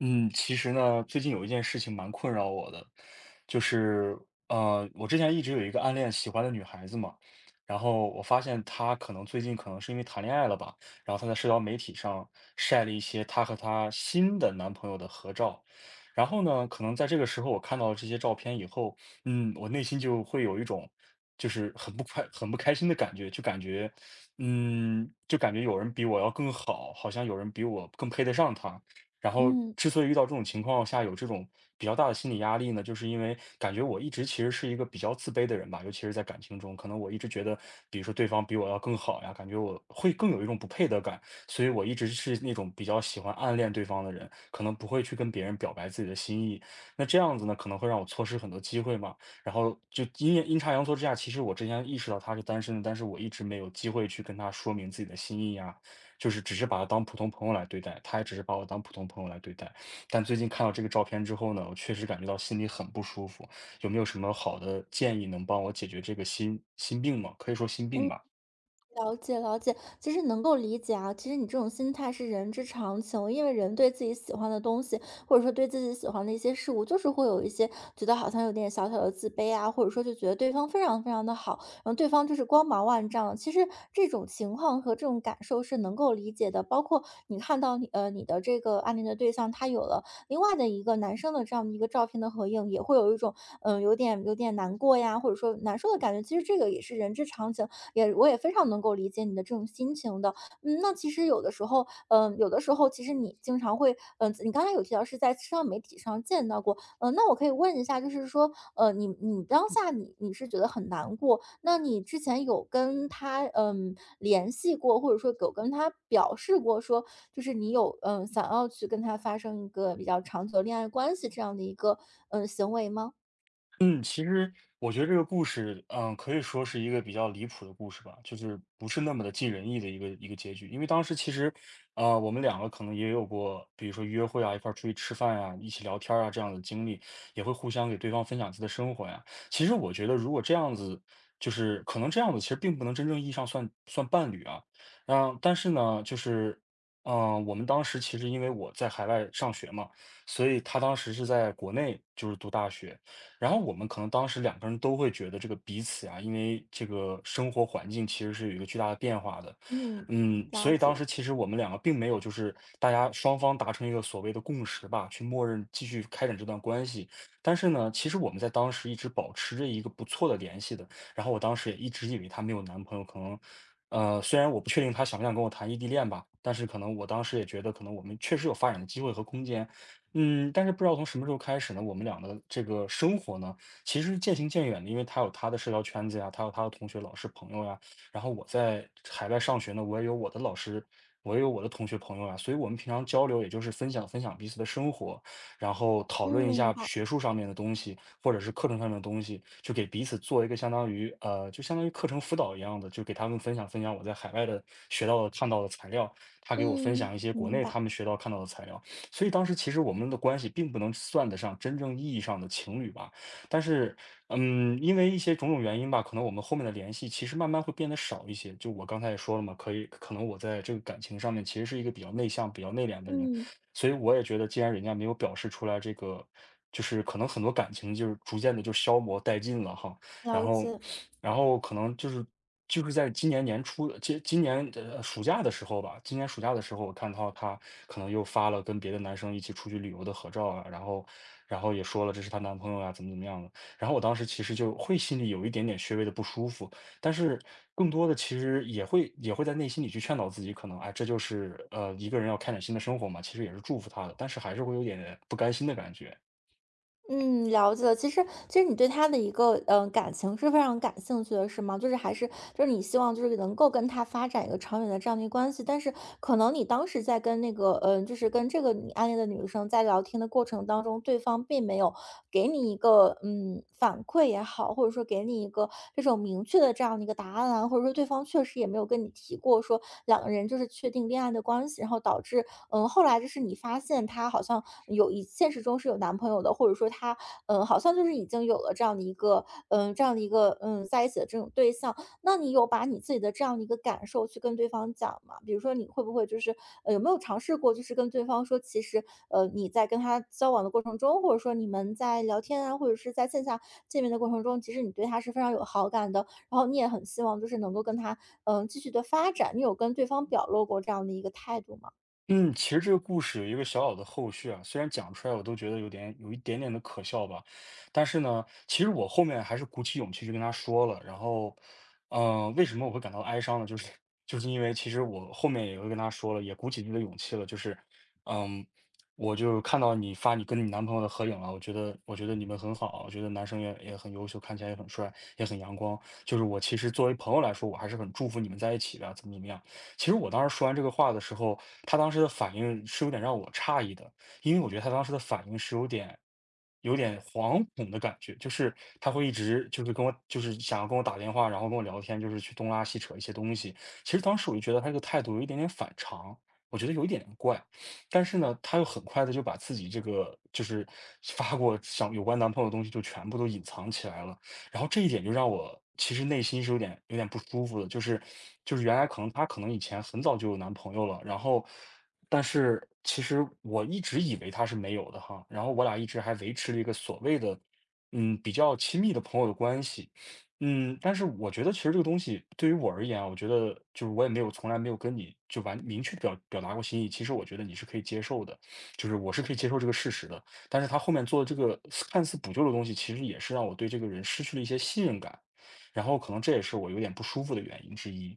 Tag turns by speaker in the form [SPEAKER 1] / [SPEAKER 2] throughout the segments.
[SPEAKER 1] 嗯，其实呢，最近有一件事情蛮困扰我的，就是,我之前一直有一个暗恋喜欢的女孩子嘛，然后我发现她可能最近可能是因为谈恋爱了吧，然后她在社交媒体上晒了一些她和她新的男朋友的合照，然后呢，可能在这个时候我看到这些照片以后，我内心就会有一种就是很不快、很不开心的感觉，就感觉，就感觉有人比我要更好，好像有人比我更配得上她。然后
[SPEAKER 2] 嗯
[SPEAKER 1] 之所以遇到这种情况下有这种比较大的心理压力呢，就是因为感觉我一直其实是一个比较自卑的人吧，尤其是在感情中，可能我一直觉得，比如说对方比我要更好呀，感觉我会更有一种不配得感，所以我一直是那种比较喜欢暗恋对方的人，可能不会去跟别人表白自己的心意。那这样子呢，可能会让我错失很多机会嘛。然后就阴阴差阳错之下，其实我之前意识到他是单身的，但是我一直没有机会去跟他说明自己的心意呀，就是只是把他当普通朋友来对待，他也只是把我当普通朋友来对待。但最近看到这个照片之后呢，我确实感觉到心里很不舒服。有没有什么好的建议能帮我解决这个心心病吗？可以说心病
[SPEAKER 2] 嗯，
[SPEAKER 1] 吧。
[SPEAKER 2] 了解了解，其实能够理解啊。其实你这种心态是人之常情，因为人对自己喜欢的东西，或者说对自己喜欢的一些事物，就是会有一些觉得好像有点小小的自卑啊，或者说就觉得对方非常非常的好，然后对方就是光芒万丈，其实这种情况和这种感受是能够理解的。包括你看到你的这个暗恋的对象，他有了另外的一个男生的这样的一个照片的合影，也会有一种有点难过呀，或者说难受的感觉。其实这个也是人之常情。也我也非常能够理解你的这种心情的。嗯，那其实有的时候，嗯，有的时候其实你经常会，你刚才有提到是在社交媒体上见到过，那我可以问一下，就是说,你当下你是觉得很难过，那你之前有跟他联系过，或者说有跟他表示过说，就是你有想要去跟他发生一个比较长久的恋爱关系这样的一个行为吗？
[SPEAKER 1] 嗯，其实我觉得这个故事，可以说是一个比较离谱的故事吧，就是不是那么的尽人意的一个结局。因为当时其实，我们两个可能也有过，比如说约会啊，一块儿出去吃饭呀、一起聊天儿啊这样的经历，也会互相给对方分享自己的生活呀。其实我觉得，如果这样子，就是可能这样子其实并不能真正意义上算伴侣啊。但是呢,就是。我们当时其实因为我在海外上学嘛，所以他当时是在国内就是读大学，然后我们可能当时两个人都会觉得这个彼此啊，因为这个生活环境其实是有一个巨大的变化的，
[SPEAKER 2] 嗯，
[SPEAKER 1] 所
[SPEAKER 2] 了
[SPEAKER 1] 以当
[SPEAKER 2] 解。
[SPEAKER 1] 时其实我们两个并没有就是大家双方达成一个所谓的共识吧，去默认继续开展这段关系。但是呢，其实我们在当时一直保持着一个不错的联系的。然后我当时也一直以为她没有男朋友，可能，虽然我不确定她想不想跟我谈异地恋吧，但是可能我当时也觉得，可能我们确实有发展的机会和空间。但是不知道从什么时候开始呢，我们俩的这个生活呢，其实是渐行渐远的。因为他有他的社交圈子呀，他有他的同学、老师、朋友呀。然后我在海外上学呢，我也有我的老师，我也有我的同学朋友呀。所以我们平常交流，也就是分享彼此的生活，然后讨
[SPEAKER 2] 嗯，
[SPEAKER 1] 论一
[SPEAKER 2] 明
[SPEAKER 1] 下
[SPEAKER 2] 白。
[SPEAKER 1] 学术上面的东西，或者是课程上面的东西，就给彼此做一个相当于课程辅导一样的，就给他们分享我在海外的学到的、看到的材料，他给我分
[SPEAKER 2] 嗯。
[SPEAKER 1] 享一些国
[SPEAKER 2] 明
[SPEAKER 1] 内
[SPEAKER 2] 白。
[SPEAKER 1] 他们学到看到的材料。所以当时其实我们的关系并不能算得上真正意义上的情侣吧。但是，因为一些种种原因吧，可能我们后面的联系其实慢慢会变得少一些。就我刚才也说了嘛，可以，可能我在这个感情上面其实是一个比较内向、比较内敛的人，
[SPEAKER 2] 嗯，
[SPEAKER 1] 所以我也觉得，既然人家没有表示出来这个。就是可能很多感情就是逐渐的就消磨殆尽了哈，然
[SPEAKER 2] 了
[SPEAKER 1] 后
[SPEAKER 2] 解。
[SPEAKER 1] 然后可能就是就是在今年年初，今今年呃暑假的时候吧，今年暑假的时候，我看到她可能又发了跟别的男生一起出去旅游的合照啊，然后也说了这是她男朋友啊，怎么怎么样的。然后我当时其实就会心里有一点点稍微的不舒服，但是更多的其实也会在内心里去劝导自己，可能哎，这就是一个人要开展新的生活嘛，其实也是祝福她的，但是还是会有点不甘心的感觉。
[SPEAKER 2] 嗯,了解了。其实，其实你对他的一个感情是非常感兴趣的，是吗？就是还是就是你希望就是能够跟他发展一个长远的这样的一个关系，但是可能你当时在跟那个就是跟这个你暗恋的女生在聊天的过程当中，对方并没有给你一个反馈也好，或者说给你一个这种明确的这样的一个答案啊，或者说对方确实也没有跟你提过说两个人就是确定恋爱的关系，然后导致后来就是你发现他好像有一现实中是有男朋友的，或者说他好像就是已经有了这样的一个，这样的一个，在一起的这种对象，那你有把你自己的这样的一个感受去跟对方讲吗？比如说你会不会就是，有没有尝试过就是跟对方说，其实,你在跟他交往的过程中，或者说你们在聊天啊，或者是在线下见面的过程中，其实你对他是非常有好感的，然后你也很希望就是能够跟他，继续的发展，你有跟对方表露过这样的一个态度吗？
[SPEAKER 1] 嗯，其实这个故事有一个小小的后续啊，虽然讲出来我都觉得有一点点的可笑吧，但是呢，其实我后面还是鼓起勇气去跟他说了。然后，为什么我会感到哀伤呢？就是因为其实我后面也会跟他说了，也鼓起这个勇气了，就是，嗯，我就看到你发你跟你男朋友的合影了，我觉得你们很好，我觉得男生也很优秀，看起来也很帅，也很阳光。就是我其实作为朋友来说，我还是很祝福你们在一起的，怎么怎么样。其实我当时说完这个话的时候，他当时的反应是有点让我诧异的，因为我觉得他当时的反应有点惶恐的感觉，就是他会一直就是跟我就是想要跟我打电话，然后跟我聊天，就是去东拉西扯一些东西。其实当时我就觉得他这个态度有一点点反常，我觉得有一点点怪，但是呢，他又很快的就把自己这个就是发过想有关男朋友的东西就全部都隐藏起来了。然后这一点就让我其实内心有点不舒服的，就是原来可能她可能以前很早就有男朋友了，然后但是其实我一直以为她是没有的哈，然后我俩一直还维持了一个所谓的比较亲密的朋友的关系。但是我觉得其实这个东西对于我而言啊，我觉得就是我也没有从来没有跟你就明确表达过心意，其实我觉得你是可以接受的，就是我是可以接受这个事实的。但是他后面做的这个看似补救的东西，其实也是让我对这个人失去了一些信任感，然后可能这也是我有点不舒服的原因之一。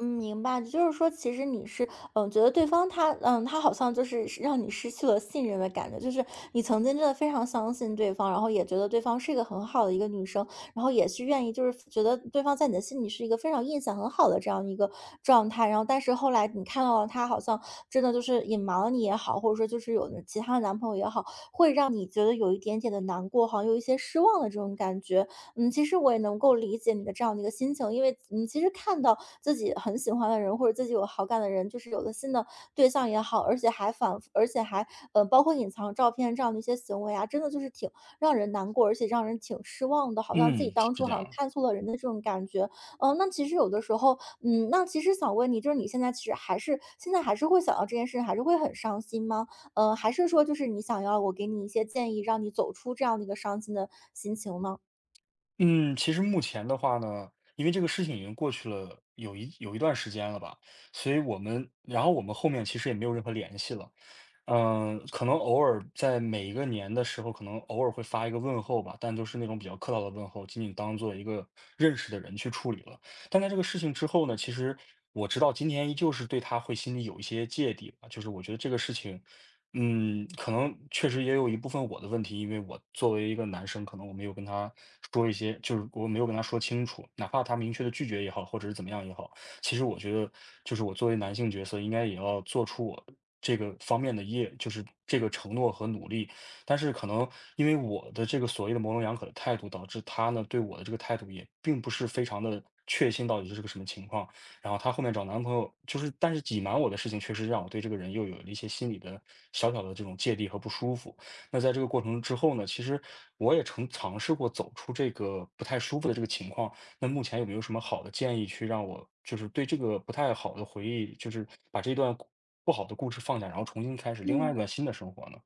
[SPEAKER 2] 嗯，明白。就是说，其实你是，觉得对方他，他好像就是让你失去了信任的感觉。就是你曾经真的非常相信对方，然后也觉得对方是一个很好的一个女生，然后也是愿意，就是觉得对方在你的心里是一个非常印象很好的这样一个状态。然后，但是后来你看到了他好像真的就是隐瞒了你也好，或者说就是有了其他的男朋友也好，会让你觉得有一点点的难过，好像有一些失望的这种感觉。嗯，其实我也能够理解你的这样的一个心情，因为其实看到自己很喜欢的人或者自己有好感的人，就是有了新的对象也好，而且还反复，而且还包括隐藏照片这样的一些行为啊，真的就是挺让人难过，而且让人挺失望的，好像自己
[SPEAKER 1] 嗯，是
[SPEAKER 2] 当初
[SPEAKER 1] 这
[SPEAKER 2] 好像
[SPEAKER 1] 样。
[SPEAKER 2] 看错了人的这种感觉。那其实有的时候，那其实想问你，就是你现在其实还是现在还是会想到这件事情，还是会很伤心吗？嗯，还是说就是你想要我给你一些建议，让你走出这样的一个伤心的心情呢？
[SPEAKER 1] 嗯，其实目前的话呢，因为这个事情已经过去了有一段时间了吧，所以我们，然后我们后面其实也没有任何联系了。可能偶尔在每一个年的时候，可能偶尔会发一个问候吧，但都是那种比较客套的问候，仅仅当做一个认识的人去处理了。但在这个事情之后呢，其实我知道今天依旧是对他会心里有一些芥蒂吧，就是我觉得这个事情可能确实也有一部分我的问题，因为我作为一个男生，可能我没有跟他说一些，就是我没有跟他说清楚，哪怕他明确的拒绝也好，或者是怎么样也好，其实我觉得，就是我作为男性角色，应该也要做出我这个方面的业，就是这个承诺和努力。但是可能因为我的这个所谓的模棱两可的态度，导致他呢对我的这个态度也并不是非常的确信到底是个什么情况。然后她后面找男朋友，就是但是隐瞒我的事情，确实让我对这个人又有了一些心理的小小的这种芥蒂和不舒服。那在这个过程之后呢，其实我也曾尝试过走出这个不太舒服的这个情况。那目前有没有什么好的建议，去让我就是对这个不太好的回忆，就是把这段不好的故事放下，然后重新开始另外一
[SPEAKER 2] 嗯。
[SPEAKER 1] 段新的生活呢？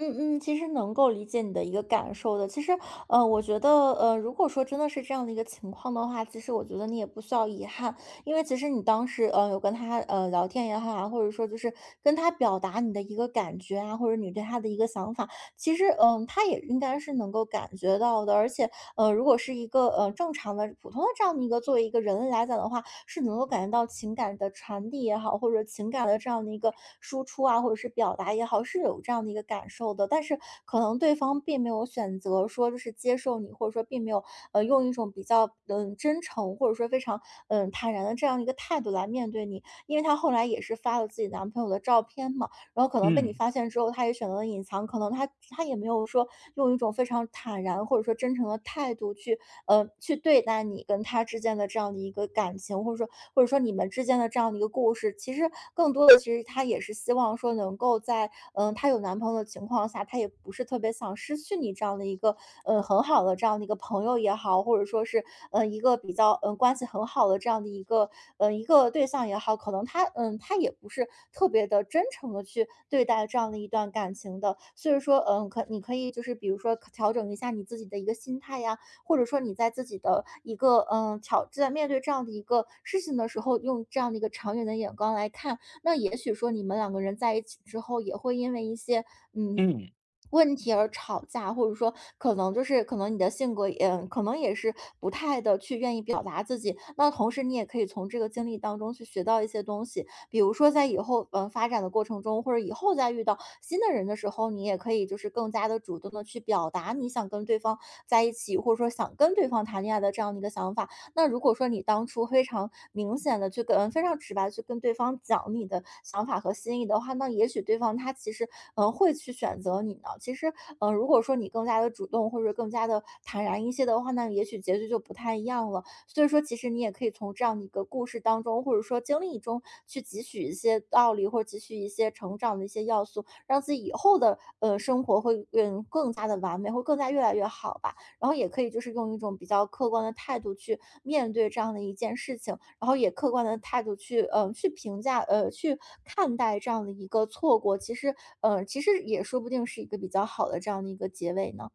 [SPEAKER 2] 嗯嗯，其实能够理解你的一个感受的。其实,我觉得,如果说真的是这样的一个情况的话，其实我觉得你也不需要遗憾，因为其实你当时，有跟他，聊天也好啊，或者说就是跟他表达你的一个感觉啊，或者你对他的一个想法，其实，他也应该是能够感觉到的。而且，如果是一个，正常的、普通的这样的一个作为一个人类来讲的话，是能够感觉到情感的传递也好，或者情感的这样的一个输出啊，或者是表达也好，是有这样的一个感受的。但是可能对方并没有选择说就是接受你，或者说并没有用一种比较真诚或者说非常坦然的这样一个态度来面对你，因为她后来也是发了自己男朋友的照片嘛，然后可能被你
[SPEAKER 1] 嗯
[SPEAKER 2] 发现之后，他也选择了隐藏，可能他也没有说用一种非常坦然或者说真诚的态度去，去对待你跟他之间的这样的一个感情，或者说你们之间的这样的一个故事。其实更多的，其实他也是希望说能够在，她有男朋友的情况下，她也不是特别想失去你这样的一个，很好的这样的一个朋友也好，或者说是，一个比较关系很好的这样的一个，一个对象也好，可能他，他也不是特别的真诚的去对待这样的一段感情的。所以说，可你可以就是比如说可调整一下你自己的一个心态呀，或者说你在自己的一个，挑在面对这样的一个事情的时候，用这样的一个长远的眼光来看，那也许说你们两个人在一起之后也会因为一些，嗯
[SPEAKER 1] 嗯。
[SPEAKER 2] 问题而吵架，或者说可能就是可能你的性格也可能也是不太的去愿意表达自己，那同时你也可以从这个经历当中去学到一些东西。比如说在以后，发展的过程中，或者以后再遇到新的人的时候，你也可以就是更加的主动的去表达你想跟对方在一起，或者说想跟对方谈恋爱的这样的一个想法。那如果说你当初非常明显的去跟非常直白地去跟对方讲你的想法和心意的话，那也许对方他其实，会去选择你呢。其实，如果说你更加的主动，或者更加的坦然一些的话，那也许结局就不太一样了。所以说其实你也可以从这样的一个故事当中，或者说经历中去汲取一些道理，或者汲取一些成长的一些要素，让自己以后的，生活会，更加的完美，会更加越来越好吧。然后也可以就是用一种比较客观的态度去面对这样的一件事情，然后也客观的态度去，去评价，去看待这样的一个错过，其实，其实也说不定是一个比较好的这样的一个结尾呢。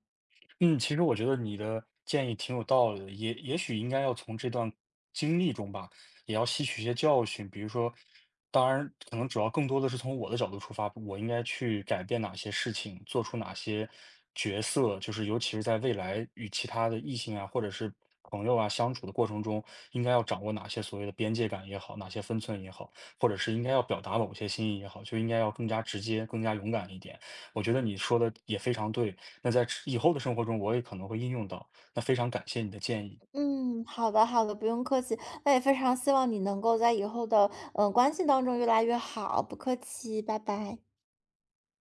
[SPEAKER 1] 嗯，其实我觉得你的建议挺有道理的，也也许应该要从这段经历中吧，也要吸取一些教训。比如说，当然可能主要更多的是从我的角度出发，我应该去改变哪些事情，做出哪些角色，就是尤其是在未来与其他的异性啊，或者是朋友啊相处的过程中，应该要掌握哪些所谓的边界感也好，哪些分寸也好，或者是应该要表达某些心意也好，就应该要更加直接、更加勇敢一点。我觉得你说的也非常对。那在之以后的生活中，我也可能会应用到，那非常感谢你的建议。
[SPEAKER 2] 嗯，好的好的，不用客气，那也非常希望你能够在以后的，关系当中越来越好，不客气，拜拜。